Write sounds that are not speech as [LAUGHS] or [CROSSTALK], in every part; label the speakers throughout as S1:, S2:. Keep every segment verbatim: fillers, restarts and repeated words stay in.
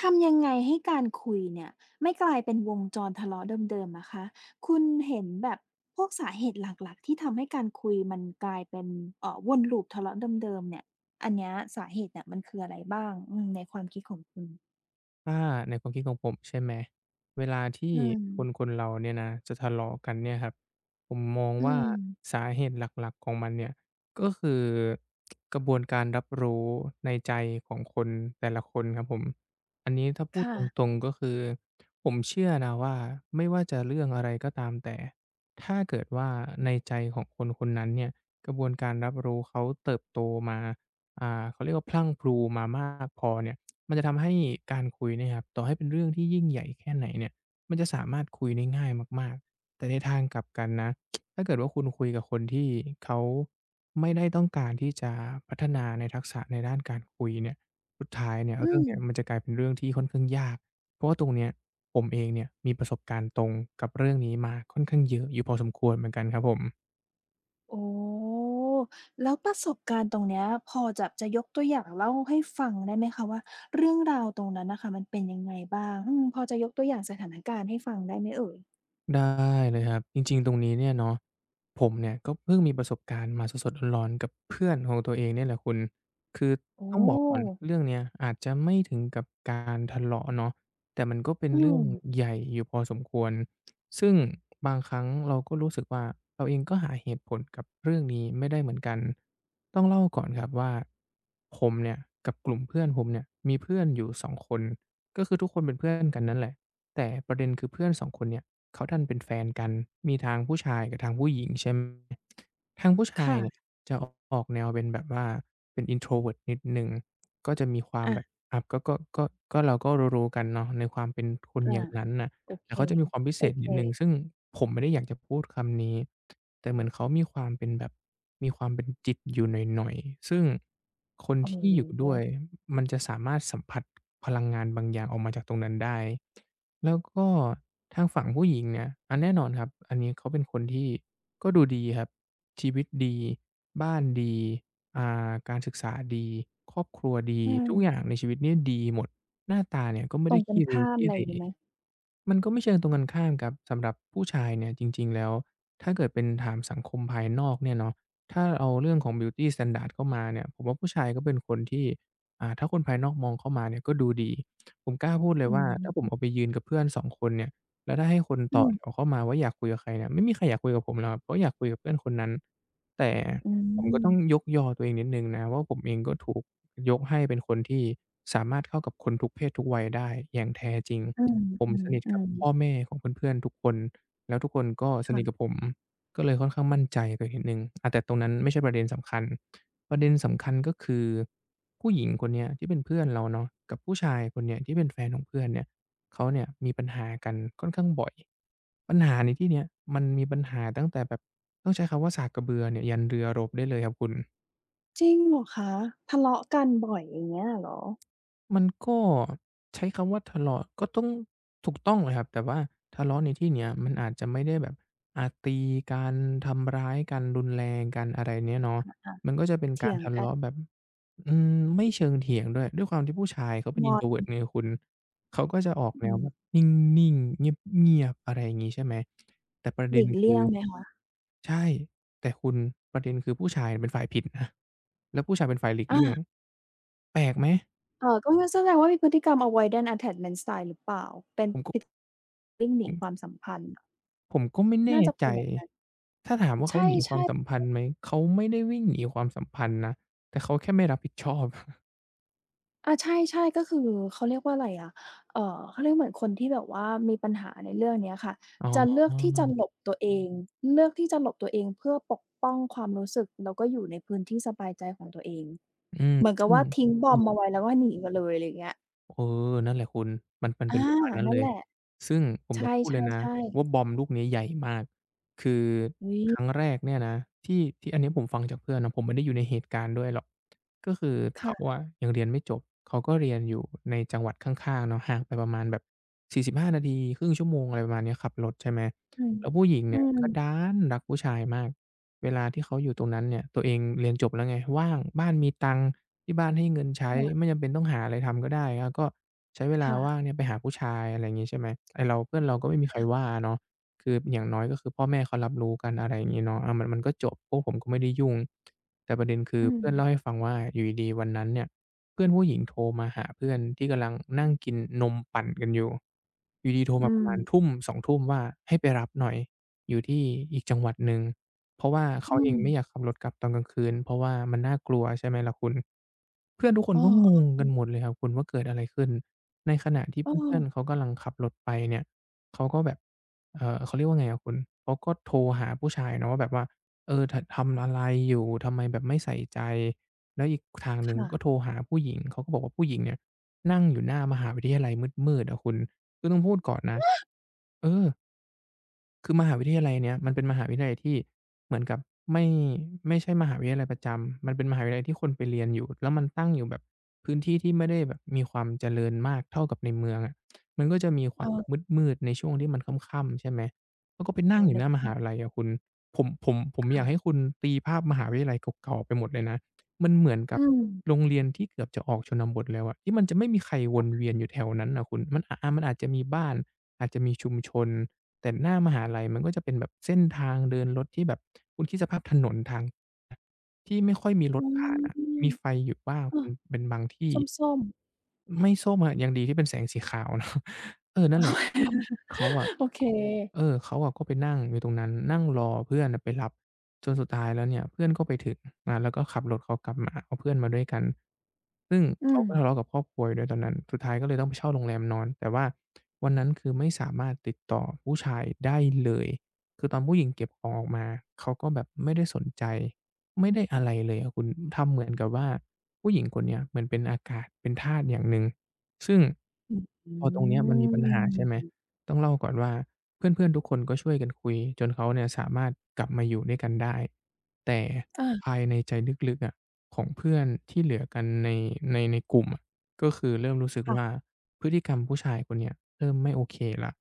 S1: ทำยังไงให้การคุยเนี่ยไม่กลายเป็นวงจรทะเลาะเดิมๆนะคะคุณเห็นแบบพวกสาเหตุหลักๆที่ทำให้การคุยมันกลายเป็นเอ่อวนลูปทะเลาะเดิมๆเนี่ยอันเนี้ยสาเหตุเนี่ยมันคืออะไรบ้างอืมในความคิดของคุณ
S2: ถ้าในความคิดของผมใช่ไหมเวลาที่
S1: อื
S2: คนค
S1: ม
S2: นเราเนี่ยนะจะทะเลาะกันเนี่ยครับผมมอง
S1: อื
S2: ว่า
S1: ม
S2: สาเหตุหลักๆของมันเนี่ยก็คือกระบวนการรับรู้ในใจของคนแต่ละคนครับผมอันนี้ถ้าพูด
S1: ค่ะ
S2: ตรงๆก็คือผมเชื่อนะว่าไม่ว่าจะเรื่องอะไรก็ตามแต่ถ้าเกิดว่าในใจของคนคนนั้นเนี่ยกระบวนการรับรู้เขาเติบโตมาอ่าเขาเรียกว่าพรั่งพรูมามากพอเนี่ย มันจะทำให้การคุยเนะครับต่อให้เป็นเรื่องที่ยิ่งใหญ่แค่ไหนเนี่ยมันจะสามารถคุยได้ง่ายมากๆแต่ในทางกลับกันนะถ้าเกิดว่าคุณคุยกับคนที่เขาไม่ได้ต้องการที่จะพัฒนาในทักษะในด้านการคุยเนี่ยสุดท้ายเนี่ย
S1: อื
S2: เรื่อง
S1: ม
S2: เนี้ยมันจะกลายเป็นเรื่องที่ค่อนข้างยาก เพราะว่าตรงเนี้ยผมเองเนี่ยมีประสบการณ์ตรงกับเรื่องนี้มาค่อนข้างเยอะอยู่พอสมควรเหมือนกันครับผม
S1: โอ้อแล้วประสบการณ์ตรงเนี้ยพอจะจะยกตัวอย่างเล่าให้ฟังได้ไหมคะว่าเรื่องราวตรงนั้นนะคะมันเป็นยังไงบ้างอืมพอจะยกตัวอย่างสถานการณ์ให้ฟังได้ไหมเอ่ย
S2: ได้เลยครับจริงๆตรงนี้เนี่ยเนาะผมเนี่ยก็เพิ่งมีประสบการณ์มาสดๆร้อนๆกับเพื่อนของตัวเองเนี่ยแหละคุณคือ
S1: โอ้
S2: ต้องบอกก่อนเรื่องเนี้ยอาจจะไม่ถึงกับการทะเลาะเนาะแต่มันก็เป็น
S1: อื
S2: เรื่อ
S1: ม
S2: งใหญ่อยู่พอสมควรซึ่งบางครั้งเราก็รู้สึกว่าเราเองก็หาเหตุผลกับเรื่องนี้ไม่ได้เหมือนกันต้องเล่าก่อนครับว่าผมเนี่ยกับกลุ่มเพื่อนผมเนี่ยมีเพื่อนอยู่สองคนก็คือทุกคนเป็นเพื่อนกันนั่นแหละแต่ประเด็นคือเพื่อนสองคนเนี่ย เขาดันเป็นแฟนกันมีทางผู้ชายกับทางผู้หญิงใช่ไหมทางผู้ชาย
S1: ค่ะ
S2: เนี่ยจะออกแนวเป็นแบบว่าเป็น introvert นิดหนึ่งก็จะมีความแบบ
S1: อ
S2: อะก็ก็ก็ก็เราก็รู้ๆกันเนาะในความเป็นคนอ
S1: า
S2: ย่างนั้นน่ะ
S1: ๆโอ
S2: แต่
S1: เค
S2: เขาจะมีความพิเศ
S1: โอ
S2: ษ
S1: เค
S2: นิดหนึ่งซึ่งผมไม่ได้อยากจะพูดคำนี้ แต่เหมือนเขามีความเป็นแบบมีความเป็นจิตอยู่หน่อยๆ ซึ่งคน
S1: อ๋อ
S2: ที่อยู่ด้วยมันจะสามารถสัมผัสพลังงานบางอย่างออกมาจากตรงนั้นได้ แล้วก็ทางฝั่งผู้หญิงเนี่ยอันแน่นอนครับอันนี้เขาเป็นคนที่ก็ดูดีครับชีวิตดีบ้านดีอ่าการศึกษาดีครอบครัวดี
S1: อื
S2: ทุกอย่า
S1: ม
S2: งในชีวิตเนี่ยดีหมดหน้าตาเนี่ยก็ไม่
S1: ตร
S2: ได้
S1: งกัน
S2: ขี้ริ้ว
S1: ข้าม
S2: ขี้
S1: อะไร
S2: เห
S1: อ
S2: ร่
S1: ย่างงี้ไหม
S2: มันก็ไม่เชิงตรงกันข้ามครับสำหรับผู้ชายเนี่ยจริงๆแล้วถ้าเกิดเป็นถามสังคมภายนอกเนี่ยเนาะถ้าเอาเรื่องของบิวตีสแตนดาร์ดเข้ามาเนี่ยผมว่าผู้ชายก็เป็นคนที่อ่าถ้าคนภายนอกมองเข้ามาเนี่ยก็ดูดีผมกล้าพูดเลย
S1: อื
S2: ว่าถ้าผม
S1: ม
S2: ออกไปยืนกับเพื่อนสองคนเนี่ยแล้วถ้าให้คน
S1: อื
S2: ต่อ
S1: ม
S2: แถวเข้ามาว่าอยากคุยกับใครเนี่ยไม่มีใครอยากคุยกับผมหรอกครับเพราะอยากคุยกับเพื่อนคนนั้นแต่
S1: อื
S2: ผมก็
S1: ม
S2: ต้องยกยอตัวเองนิดหนึ่งนะว่าผมเองก็ถูกยกให้เป็นคนที่สามารถเข้ากับคนทุกเพศทุกวัยได้อย่างแท้จริง ผม
S1: อื
S2: สนิทกับ
S1: มๆ
S2: พ่อ
S1: ๆ
S2: แม่ของเพื่อนๆทุกคนแล้วทุกคนก็สนิทกับ
S1: ค่ะ
S2: ผมก็เลยค่อนข้างมั่นใจตัวเองนิดหนึ่งอาแต่ตรงนั้นไม่ใช่ประเด็นสำคัญประเด็นสำคัญก็คือผู้หญิงคนเนี้ยที่เป็นเพื่อนเราเนาะกับผู้ชายคนเนี้ยที่เป็นแฟนของเพื่อนเนี่ยเขาเนี่ยมีปัญหากันค่อนข้างบ่อยปัญหาในที่เนี้ยมันมีปัญหาตั้งแต่แบบต้องใช้คำว่าสากกระเบือเนี่ยยันเรือรบได้เลยครับคุณ
S1: จริงเหรอคะทะเลาะกันบ่อยอย่างเงี้ยเหรอ
S2: มันก็ใช้คำว่าทะเลาะก็ต้องถูกต้องเลยครับแต่ว่าทะเลาะในที่เนี้ยมันอาจจะไม่ได้แบบอ่าตีกันทำร้ายกันรุนแรงกันอะไรเนี้ยเนาะ
S1: ค่ะ
S2: มันก็จะเป็น
S1: เถี
S2: การ
S1: ยง
S2: ทะ
S1: กัน
S2: เลาะแบบอืมไม่เชิงเถียงด้วยด้วยความที่ผู้ชายเขาเป็น
S1: งอน
S2: introvert ไงคุณเขาก็จะออกแน
S1: อื
S2: วแบบ
S1: ม
S2: นิ่งๆเงียบๆอะไรอย่างงี้ใช่ไหมแต่ประ
S1: ห
S2: เด็น
S1: ลีก
S2: คือ
S1: เลี่ยงไหมคะ
S2: ใช่แต่คุณประเด็นคือผู้ชายเป็นฝ่ายผิดนะแล้วผู้ชายเป็นฝ่ายหลีก
S1: อา
S2: เลี่ยงแปลกไหม
S1: เอ่อก็งั้นแสดงว่ามีพฤติกรรม อะวอยแดนท์ แอทแทชเมนท์ สไตล์ หรือเปล่าเป็น
S2: ผมก็
S1: พฤวิ่งห
S2: ผ
S1: นีความ
S2: ม
S1: สัมพันธ์
S2: ผมก็ไม่แน่
S1: น่าจะ
S2: ใจ
S1: เป็นอย่างนั้น
S2: ถ้าถามว่า
S1: ใ
S2: เขาหนีความ
S1: ช่
S2: สัม
S1: ๆ
S2: พันธ์ไหม เขาไม่ได้วิ่งหนีความสัมพันธ์นะ แต่เขาแค่ไม่รับผิดชอบ [LAUGHS]
S1: อาใช่ๆก็คือเขาเรียกว่าอะไรอะเอ่อเขาเรียกเหมือนคนที่แบบว่ามีปัญหาในเรื่องเนี้ยค่ะ
S2: อ๋
S1: จะ
S2: อ
S1: เลือกที่จะหลบตัวเองเลือกที่จะหลบตัวเองเพื่อปกป้องความรู้สึกแล้วก็อยู่ในพื้นที่สบายใจของตัวเอง
S2: อืม
S1: เหมือนกับ
S2: ซึ่ง
S1: ว่าทิ้งบ
S2: เอ
S1: อ
S2: อ
S1: มบ์เอาไว้แล้วก็หนีมาเลยอะไรอย่างเงี้ย
S2: เออนั่นแหละคุณมันมันเป็
S1: อา
S2: นประมาณนั้น
S1: นั่
S2: เล
S1: น
S2: ย
S1: แหละ
S2: ซึ่งผม
S1: ใ
S2: ต้องพูดเลยนะ
S1: ช่ๆๆ
S2: ว่าบอมลูกนี้ใหญ่มากคือ
S1: อุ๊ย
S2: ครั้งแรกเนี่ยนะที่ที่อันนี้ผมฟังจากเพื่อนนะผมไม่ได้อยู่ในเหตุการณ์ด้วยหรอกก็คือเขา
S1: ค่ะ
S2: อะยังเรียนไม่จบเขาก็เรียนอยู่ในจังหวัดข้างๆเนาะห่างไปประมาณแบบสี่สิบห้านาทีครึ่งชั่วโมงอะไรประมาณเนี้ยขับรถใช่ไหม
S1: อืม
S2: แล้วผู้หญิง
S1: อื
S2: เนี่ย
S1: ม
S2: ก็ดันรักผู้ชายมากเวลาที่เขาอยู่ตรงนั้นเนี่ยตัวเองเรียนจบแล้วไงว่างบ้านมีตังค์ ที่บ้านให้เงินใช้
S1: ค่ะ
S2: ไม่จำเป็นต้องหาอะไรทำก็ได้อาก็ใช้เวลา
S1: ค่ะ
S2: ว่างเนี่ยไปหาผู้ชายอะไรอย่างงี้ใช่ไหมไอ้เราเพื่อนเราก็ไม่มีใคร
S1: ค่ะ
S2: ว่าเนาะคืออย่างน้อยก็คือพ่อแม่เขารับรู้กันอะไรอย่างงี้เนาะอามันมันก็จบพวกผมก็ไม่ได้ยุ่งแต่ประเด็นคือ
S1: อืม
S2: เพื่อนเล่าให้ฟังว่าอยู่ดีๆวันนั้นเนี่ยเพื่อนผู้หญิงโทรมาหาเพื่อนที่กำลังนั่งกินนมปั่นกันอยู่อยู่ดีๆโทร
S1: อื
S2: มาประ
S1: ม
S2: มาณทุ่มสองทุ่มว่าให้ไปรับหน่อยอยู่ที่อีกจังหวัดหนึ่งเพราะว่าเขา
S1: อื
S2: เอ
S1: ม
S2: งไม่อยากขับรถกลับตอนกลางคืนเพราะว่ามันน่ากลัวใช่ไหมล่ะคุณ เพื่อนทุกคนก็ง
S1: เออ
S2: งกันหมดเลยครับคุณว่าเกิดอะไรขึ้นในขณะที่
S1: ๆเอ
S2: เพื่อนๆ
S1: อ
S2: เขากำลังขับรถไปเนี่ยเขาก็แบบเอ่อเขาเรียกว่าไงอะคุณเขาก็โทรหาผู้ชายเนาะว่าแบบว่าเออททำอะไรอยู่ทำไมแบบไม่ใส่ใจแล้วอีกทางหนึ่ง
S1: ค่ะ
S2: ก็โทรหาผู้หญิงเขาก็บอกว่าผู้หญิงเนี่ยนั่งอยู่หน้ามหาวิทยาลัยมืดๆอะคุณคือต้องพูดก่อนนะเออ คือมหาวิทยาลัยเนี้ยมันเป็นมหาวิทยาลัยที่เหมือนกับไม่ไม่ใช่มหาวิทยาลัยประจำมันเป็นมหาวิทยาลัยที่คนไปเรียนอยู่แล้วมันตั้งอยู่แบบพื้นที่ที่ไม่ได้แบบมีความเจริญมากเท่ากับในเมืองอะมันก็จะมีค
S1: เอ
S2: วามแบ
S1: อ
S2: บมืดๆในช่วงที่มันค่ำๆใช่ไหมแล้วก็ไป
S1: โอ้
S2: นั่ง
S1: โฮ
S2: อยู่ห
S1: นึก
S2: น้าม
S1: ภา
S2: หา
S1: พ
S2: วิทยาลัยอะคุณผมผมผมอยา
S1: ค่ะ
S2: กให้คุณตีภาพมหาวิทยาลัยเก่าๆไปหมดเลยนะมันเหมือนกั
S1: อื
S2: บ
S1: ม
S2: โรงเรียนที่เกือบจะออกชนบทแล้วอะที่มันจะไม่มีใครวนเวียนอยู่แถวนั้นน่ะคุณมันอามันอาจจะมีบ้านอาจจะมีชุมชน แต่หน้ามหาลัยมันก็จะเป็นแบบเส้นทางเดินรถที่แบบคุณคิดสภาพถนนทางที่ไม่ค่อยมีร
S1: อื
S2: ถผ่าน
S1: ม
S2: อะมีไฟอยู่บ้าง
S1: เอ
S2: เป็
S1: อ
S2: นเป็นบางที่
S1: ส้มๆ
S2: ไม่ส้มอะยังดีที่เป็นแสงสีขาวเนาะ [LAUGHS] เออนั่นแหละขเขาอะ
S1: [LAUGHS] โอเค
S2: เออเขาอะก็ไปนั่งอยู่ตรงนั้นนั่งรอเพื่อนน่ะไปรับจนสุดท้ายแล้วเนี่ยเพื่อนก็ไปถึงอ่าแล้วก็ขับรถเขากลับมาเอาเพื่อนมาด้วยกันซึ่ง
S1: อื
S2: เขา
S1: ม
S2: ก็ทะเลาะกับครอบครัวอยู่ด้วยตอนนั้นสุดท้ายก็เลยต้องไปเช่าโรงแรมนอนแต่ว่าวันนั้นคือไม่สามารถติดต่อผู้ชายได้เลยคือตอนผู้หญิงเก็บของออกมาเขาก็แบบไม่ได้สนใจไม่ได้อะไรเลยอะคุณทำเหมือนกับว่าผู้หญิงคนเนี้ยเหมือนเป็นอากาศเป็นทาสอย่างหนึ่งซึ่ง
S1: อื้อฮ
S2: พอตรงเนี้ยมัน
S1: ื
S2: มีปัญหาใช่ไหม
S1: อ
S2: ต้องเล่าก่อนว่าเพื่อนๆทุกคนก็ช่วยกันคุยจนเขาเนี่ยสามารถกลับมาอยู่ด้วยกันได้แต่
S1: อา
S2: ภายในใจลึกๆอะของเพื่อนที่เหลือกันในในในกลุ่มอะก็คือเริ่มรู้สึก
S1: ค่ะ
S2: ว่าพฤติกรรมผู้ชายคนเนี้ยเริ่มไม่โอเคแล้ว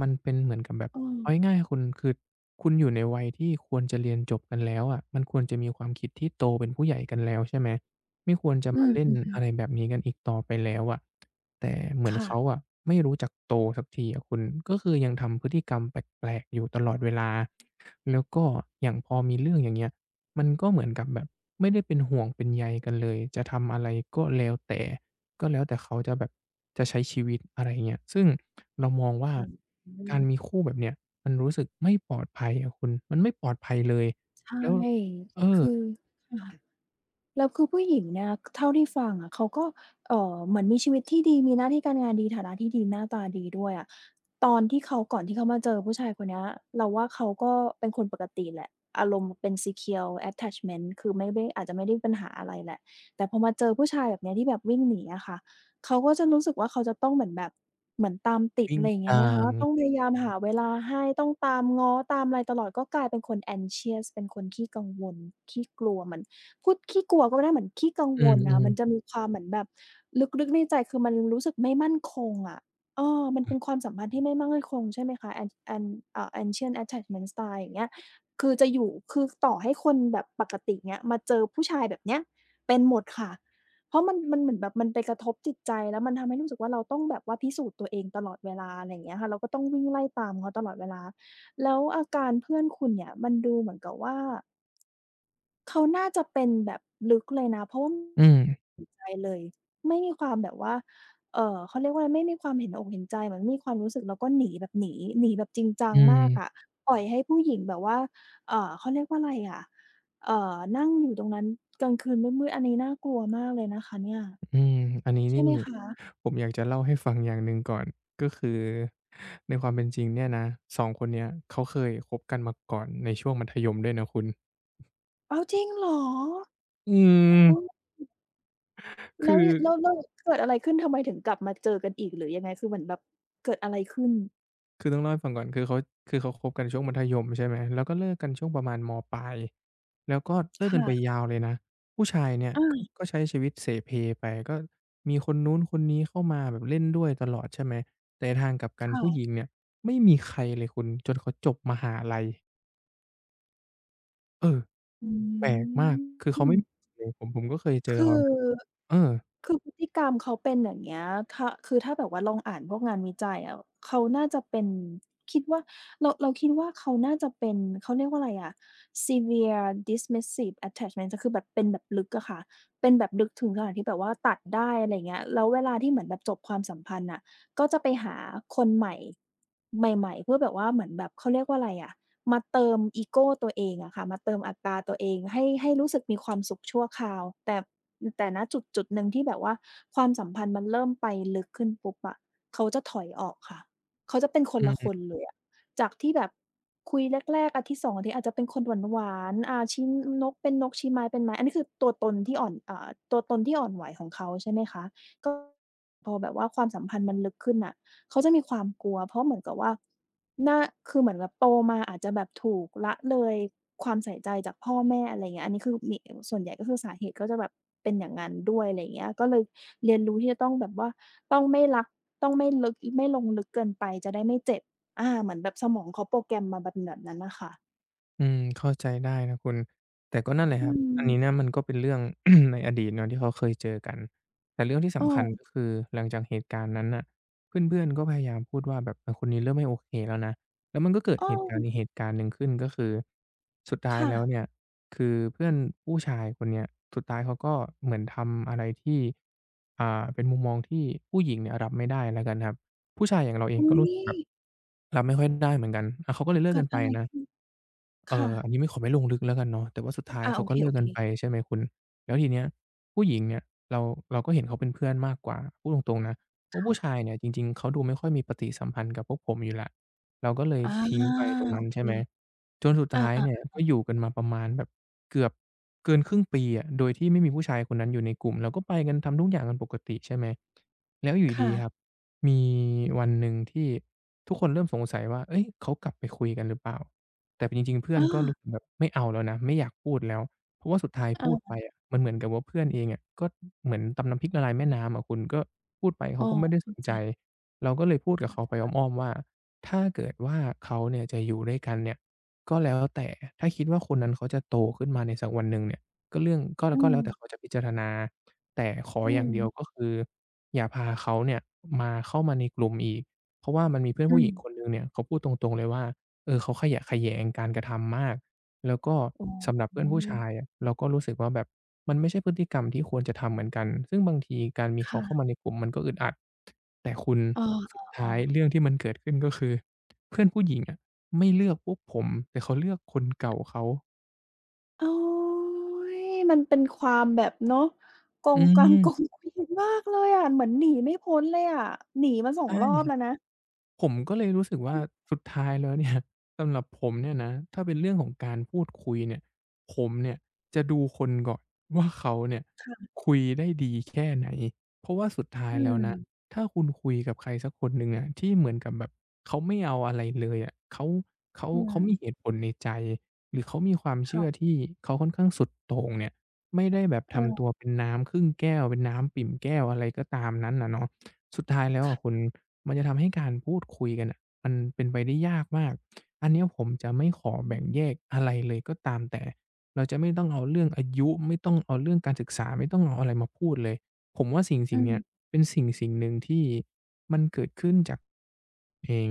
S2: มันเป็นเหมือนกับแบบ
S1: เออ
S2: เอาง่ายๆคุณคือคุณอยู่ในวัยที่ควรจะเรียนจบกันแล้วอะมันควรจะมีความคิดที่โตเป็นผู้ใหญ่กันแล้วใช่ไหมไม่ควรจะ
S1: อื
S2: มาเล่น
S1: ม
S2: อะไรแบบนี้กันอีกต่อไปแล้วอะ แต่เหมื
S1: ๆ
S2: อน
S1: ค่ะ
S2: เขาอะไม่รู้จักโตสักทีอะคุณก็คือยังทำพฤติกรรมแปลกๆอยู่ตลอดเวลาแล้วก็อย่างพอมีเรื่องอย่างเงี้ยมันก็เหมือนกับแบบไม่ได้เป็นห่วงเป็นใยกันเลยจะทำอะไรก็แล้วแต่ก็แล้วแต่เขาจะแบบจะใช้ชีวิตอะไรอย่างเงี้ยซึ่งเรามองว่า
S1: อื
S2: การมี
S1: ม
S2: คู่แบบเนี้ยมันรู้สึกไม่ปลอดภัยอะคุณมันไม่ปลอดภัยเลย
S1: ใช่
S2: แล้วเออ
S1: คือค่ะ แล้วคือผู้หญิงเนี่ยเท่าที่ฟังอะเขาก็เอ่อเหมือนมีชีวิตที่ดีมีหน้าที่การงานดีฐานะที่ดีหน้าตาดีด้วยอะตอนที่เขาก่อนที่เขามาเจอผู้ชายคนเนี้ยเราว่าเขาก็เป็นคนปกติแหละอารมณ์เป็น ซีเคียว แอทแทชเมนท์ คือไม่ได้อาจจะไม่ได้ปัญหาอะไรแหละแต่พอมาเจอผู้ชายแบบเนี้ยที่แบบวิ่งหนีอะค่ะเขาก็จะรู้สึกว่าเขาจะต้องเหมือนแบบเหมือนตามติด
S2: วิ่ง
S1: อะไรอย่างเงี้ยไหม
S2: ตา
S1: คะ
S2: ม
S1: ต้องพยายามหาเวลาให้ต้องตามง้อตามอะไรตลอดก็กลายเป็นคน แองเชียส เป็นคนขี้กังวลขี้กลัวเหมือน พูดขี้กลัวก็ไม่ได้เหมือนขี้กัง
S2: อื
S1: วลน่ะ
S2: ม
S1: มันจะ
S2: ๆ
S1: มีความเหมือนแบบลึกๆในใจคือมันรู้สึกไม่มั่นคงอะเออมันเป็นความสัมพันธ์ที่ไม่มั่นคงใช่ไหมคะ an an อ่า เอนเชียนท์ แอทแทชเมนท์ สไตล์ อย่างเงี้ยคือจะอยู่คือต่อให้คนแบบปกติเงี้ยมาเจอผู้ชายแบบเนี้ยเป็นหมดค่ะ เพราะมันมันเหมือนแบบมันไปกระทบจิตใจแล้วมันทำให้รู้สึกว่าเราต้องแบบว่าพิสูจน์ตัวเองตลอดเวลาอะไรอย่างเงี้ยค่ะเราก็ต้องวิ่งไล่ตามเขาตลอดเวลาแล้วอาการเพื่อนคุณเนี่ยมันดูเหมือนกับว่า เขาน่าจะเป็นแบบลึกเลยนะเพราะว่า
S2: อืม
S1: เห็นใจเลยไม่มีความแบบว่าเอ่อเขาเรียกว่าอะไรไม่มีความเห็นอกเห็นใจเหมือนไม่มีความรู้สึกแล้วก็หนีแบบหนีหนีแบบจริงจัง
S2: อืม
S1: มากอะปล่อยให้ผู้หญิงแบบว่าเอ่อเขาเรียกว่าอะไรอะเอ่อนั่งอยู่ตรงนั้นกลางคืนมืดๆอันนี้น่ากลัวมากเลยนะคะเนี่ย
S2: อืมอันนี้
S1: ใช่
S2: นี่
S1: ไหมคะ
S2: ผมอยากจะเล่าให้ฟังอย่างหนึ่งก่อนก็คือในความเป็นจริงเนี่ยนะสองคนเนี้ยเขาเคยคบกันมาก่อนในช่วงมัธยมด้วยนะคุณ
S1: อ้าวจริงเหรอ
S2: อืม
S1: ออแล้
S2: คื
S1: ว
S2: อ
S1: ยแล้วแล้วเกิดอะไรขึ้นทำไมถึงกลับมาเจอกันอีกหรือยังไงคือเหมือนแบบเกิดอะไรขึ้น
S2: คือต้องเล่าให้ฟังก่อนคือเขาคือเขาคบกันช่วงมัธยมใช่ไหมแล้วก็เลิกกันช่วงประมาณมปลายแล้วก็เลิกกันไป
S1: ค่ะ
S2: ยาวเลยนะผู้ชายเนี่ย
S1: อา
S2: ก็ก็ใช้ชีวิตเสเพไปก็มีคนนู้นคนนี้เข้ามาแบบเล่นด้วยตลอดใช่ไหมแต่ในทางกลับกันผู้หญิง
S1: ค่ะ
S2: เนี่ยไม่มีใครเลยคุณจนเขาจบมหาลัยเออ
S1: อื
S2: แปลกมาก คือเขาไม่
S1: ม
S2: [UNINTELLIGIBLE] ผมผมก็เคยเจอ
S1: คือ
S2: เขานะเออ
S1: คือพฤติกรรมเขาเป็นอย่างเงี้ยถ้าคือถ้าแบบว่าลองอ่านพวกงานวิจัยอะเขาน่าจะเป็นคิดว่าเราเราคิดว่าเขาน่าจะเป็นเขาเรียกว่าอะไรอะ เซเวียร์ ดิสมิสซีฟ แอทแทชเมนท์ คือแบบเป็นแบบลึกอะค่ะเป็นแบบลึกถึงขนาดที่แบบว่าตัดได้อะไรอย่างเงี้ยแล้วเวลาที่เหมือนแบบจบความสัมพันธ์น่ะก็จะไปหาคนใหม่ใหม่ๆเพื่อแบบว่าเหมือนแบบเขาเรียกว่าอะไรอะ มาเติมอีโกตัวเองอะค่ะมาเติมอัตราตัวเองให้ให้รู้สึกมีความสุขชั่วคราวแต่แต่ณจุดจุดหนึ่งที่แบบว่าความสัมพันธ์มันเริ่มไปลึกขึ้นปุ๊บอะเขาจะถอยออกค่ะเขาจะเป็นค
S2: อื
S1: นละคน
S2: ม
S1: เลยอะจากที่แบบคุยแรกๆอาทิตย์สองอาทิตย์อาจจะเป็นคนหวานๆอ่าชี้นกเป็นนกชี้ไม้เป็นไม้อันนี้คือตัวตนที่อ่อนอ่าตัวตนที่อ่อนไหวของเขาใช่ไหมคะก็พอแบบว่าความสัมพันธ์มันลึกขึ้นน่ะ เขาจะมีความกลัวเพราะเหมือนกับว่าน่าคือเหมือนแบบโตมาอาจจะแบบถูกละเลยความใส่ใจจากพ่อแม่อะไรเงี้ยอันนี้คือมีส่วนใหญ่ก็คือสาเหตุก็จะแบบเป็นอย่างงั้นด้วยอะไรอย่างเงี้ยก็เลยเรียนรู้ที่จะต้องแบบว่าต้องไม่รักต้องไม่ลึกไม่ลงลึกเกินไปจะได้ไม่เจ็บอาเหมือนแบบสมองเขาโปรแกรมมาเปนแบบนั้นน่ะค่ะ
S2: อืมเข้าใจได้นะคุณแต่ก็นั่นแหละค
S1: อื
S2: รับอัน
S1: ม
S2: นี้นะมันก็เป็นเรื่อง [COUGHS] [CLEARS THROAT] ในอดีตเนาะที่เขาเคยเจอกันแต่เรื่องที่
S1: อ้อ
S2: สำคัญก็คือหลังจากเหตุการณ์นั้นน่ะเพื่อนๆก็พยายามพูดว่าแบบเออคนนี้เริ่มไม่โอเคแล้วนะแล้วมันก็เกิด
S1: อ้
S2: เหตุการณ์อี
S1: อ
S2: กเหตุการณ์หนึ่งขึ้นก็คือสุดท้าย
S1: ค่ะ
S2: แล้วเนี่ยคือเพื่อนผู้ชายคนเนี้ยสุดท้ายเขาก็เหมือนทำอะไรที่อ่าเป็นมุมมองที่ผู้หญิงเนี่ยรับไม่ได้แล้วกันครับผู้ชายอย่างเราเอง
S1: อุ๊
S2: ก็รู้
S1: ย
S2: สึกแบบรับไม่ค่อยได้เหมือนกันอ่าเขาก็เลยเลิก
S1: เกิ
S2: กั
S1: ด
S2: นไป
S1: อะไร
S2: นะ
S1: ขึ้น
S2: เอ่ออันนี้
S1: ค่ะ
S2: ไม่ขอไม่ลงลึกแล้วกันเนาะแต่ว่าสุดท้าย
S1: อา
S2: เขา
S1: โอ
S2: ก็
S1: เ
S2: เลิก
S1: ค
S2: กันไป
S1: ๆ
S2: ใช่ไหมคุณแล้วทีเนี้ยผู้หญิงเนี่ยเราเราก็เห็นเขาเป็นเพื่อนมากกว่าพูดตรงๆนะเพราะผู้ชา
S1: ค่ะ
S2: ยเนี่ยจริงๆเขาดูไม่ค่อยมีปฏิสัมพันธ์กับพวกผมอยู่แล้วเราก็เลย
S1: อา
S2: ทิ้งไปตรง
S1: โอ
S2: นั้น
S1: เค
S2: ใช่ไหมจนสุดท้ายเนี่ย
S1: อา
S2: ก็อยู่กันมาประมาณแบบเกือบเกินครึ่งปีอะโดยที่ไม่มีผู้ชายคนนั้นอยู่ในกลุ่มเราก็ไปกันทำทุกอย่างกันปกติใช่ไหมแล้วอยู่
S1: ๆ
S2: ดี
S1: ค่ะ
S2: ๆครับมีวันหนึ่งที่ทุกคนเริ่มสงสัยว่าเฮ้ยเขากลับไปคุยกันหรือเปล่า แต่จริงๆ เพื่อน
S1: อา
S2: ก็รู้สึกแบบไม่เอาแล้วนะไม่อยากพูดแล้วเพราะว่าสุดท้ายพูดไป
S1: เออ
S2: อะมันเหมือนกับว่าเพื่อนเองอะก็เหมือนตำน้ำพริกละลายแม่น้ำอะคุณก็พูดไป
S1: อ้
S2: เขา
S1: อ
S2: ก็ไม่ได้ส
S1: เข้า
S2: น
S1: ใจ
S2: ใจเราก็เลยพูดกับเขาไปอ้อมๆว่าถ้าเกิดว่าเขาเนี่ยจะอยู่ด้วยกันเนี่ยก็แล้วแต่ถ้าคิดว่าคนนั้นเขาจะโตขึ้นมาในสักวันหนึ่งเนี่ยก็เรื่องก็
S1: อื
S2: ก็แล้
S1: ม
S2: วแต่เขาจะพิจารณาแต่ขอ
S1: อื
S2: อย่าง
S1: ม
S2: เดียวก็คืออย่าพาเขาเนี่ยมาเข้ามาในกลุ่มอีกเพราะว่ามันมีเพื่อน
S1: อื
S2: ผู้หญิงคน
S1: ม
S2: หนึ่งเนี่ยเขาพูดตรงๆเลยว่า เออเขาขยะแขยงการกระทำมากแล้วก็
S1: อ๋
S2: สำห
S1: อ
S2: รับเพื่อนผู้ชายอะเราก็รู้สึกว่าแบบมันไม่ใช่พฤติกรรมที่ควรจะทำเหมือนกันซึ่งบางทีการมีเขา
S1: ค่ะ
S2: เข้ามาในกลุ่มมันก็อึดอัดแต่คุณ
S1: เออ
S2: สุดท้าย
S1: ๆ
S2: เรื่
S1: ๆ
S2: องที่มันเกิดขึ้นก็คือเพื่อนผู้หญิงอะไม่เลือกพวกผมแต่เขาเลือกคนเก่าเขา
S1: โอ๊ยมันเป็นความแบบเนาะก
S2: อื
S1: งกัง
S2: ม
S1: กงเกวียนมากเลยอะเหมือนหนีไม่พ้นเลยอะหนีมาสองรอบ
S2: ใช่
S1: แล้วนะ
S2: ผมก็เลยรู้สึกว่าสุดท้ายแล้วเนี่ย [LAUGHS] สำหรับผมเนี่ยนะถ้าเป็นเรื่องของการพูดคุยเนี่ยผมเนี่ยจะดูคนก่อนว่าเขาเนี่ยคุยได้ดีแค่ไหนเพราะว่าสุดท้าย
S1: อื
S2: แล้ว
S1: ม
S2: นะถ้าคุณคุยกับใครสักคนหนึ่งอะที่เหมือนกับแบบเขาไม่เอาอะไรเลยอะเขาเขา
S1: อื
S2: เขา
S1: ม
S2: มีเหตุผลในใจหรือเขามีความเชื่อ
S1: ค่ะ
S2: ที่เขาค่อนข้างสุดโต่งเนี่ยไม่ได้แบบทำ
S1: เออ
S2: ตัวเป็นน้ำครึ่งแก้วเป็นน้ำปิ่มแก้วอะไรก็ตามนั้นนะเนาะ สุดท้ายแล้วอะคุณมันจะทำให้การพูดคุยกันน่ะมันเป็นไปได้ยากมากอันเนี้ยผมจะไม่ขอ
S1: อื
S2: แบ่ง
S1: ม
S2: แยกอะไรเลยก็ตามแต่เราจะไม่ต้องเอาเรื่องอายุไม่ต้องเอาเรื่องการศึกษาไม่ต้องเอาอะไรมาพูดเลยผมว่าสิ่ง
S1: อื
S2: สิ่งเนี้ย
S1: ม
S2: เป็นสิ่งสิ่งหนึ่งที่มันเกิดขึ้นจากเอง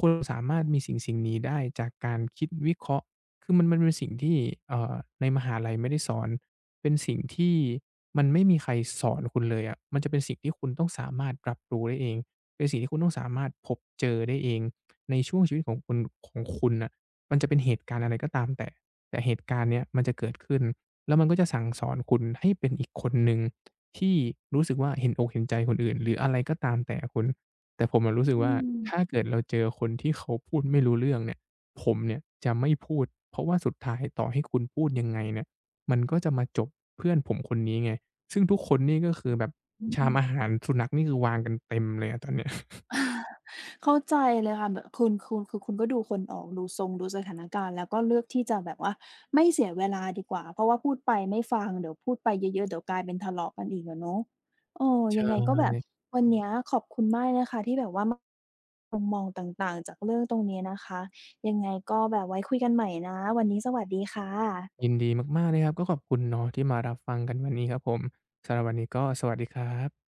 S2: คุณสามารถมีสิ่งๆนี้ได้จากการคิดวิเคราะห์ คือมันมันเป็นสิ่งที่เอ่อในมหาลัยไม่ได้สอนเป็นสิ่งที่มันไม่มีใครสอนคุณเลยอะมันจะเป็นสิ่งที่คุณต้องสามารถรับรู้ได้เองเป็นสิ่งที่คุณต้องสามารถพบเจอได้เองในช่วงชีวิตของคุณของคุณน่ะมันจะเป็นเหตุการณ์อะไรก็ตามแต่แต่เหตุการณ์เนี้ยมันจะเกิดขึ้นแล้วมันก็จะสั่งสอนคุณให้เป็นอีกคนหนึ่งที่รู้สึกว่าเห็นอกเห็นใจคนอื่นหรืออะไรก็ตามแต่คุณแต่ผมอะรู้สึกว่าถ้าเกิดเราเจอคนที่เขาพูดไม่รู้เรื่องเนี่ย ผมเนี่ยจะไม่พูดเพราะว่าสุดท้ายต่อให้คุณพูดยังไงเนี่ยมันก็จะมาจบเพื่อนผมคนนี้ไงซึ่งทุกคนนี่ก็คือแบบ
S1: อื
S2: ชาม
S1: ม
S2: อาหารสุนัขนี่คือวางกันเต็มเลยอะตอนเนี้ย
S1: เข้าใจเลยค่ะแบบคุณคุณคือคุณก็ดูคนออกดูทรงดูสถานการณ์แล้วก็เลือกที่จะแบบว่าไม่เสียเวลาดีกว่าเพราะว่าพูดไปไม่ฟังเดี๋ยวพูดไปเยอะๆเดี๋ยวกลายเป็นทะเลาะกันอีกอะเนาะเออยั
S2: ใช่
S1: งไงก็แบ
S2: [LAUGHS]
S1: บวันเนี้ยขอบคุณมากเลยนะคะที่แบบว่ามามุมมองต่างๆจากเรื่องตรงนี้นะคะยังไงก็แบบไว้คุยกันใหม่นะวันนี้สวัสดีค่ะ
S2: ยินดีมากๆเลยครับก็ขอบคุณเนาะที่มารับฟังกันวันนี้ครับผมสำหรับวันนี้ก็สวัสดีครับ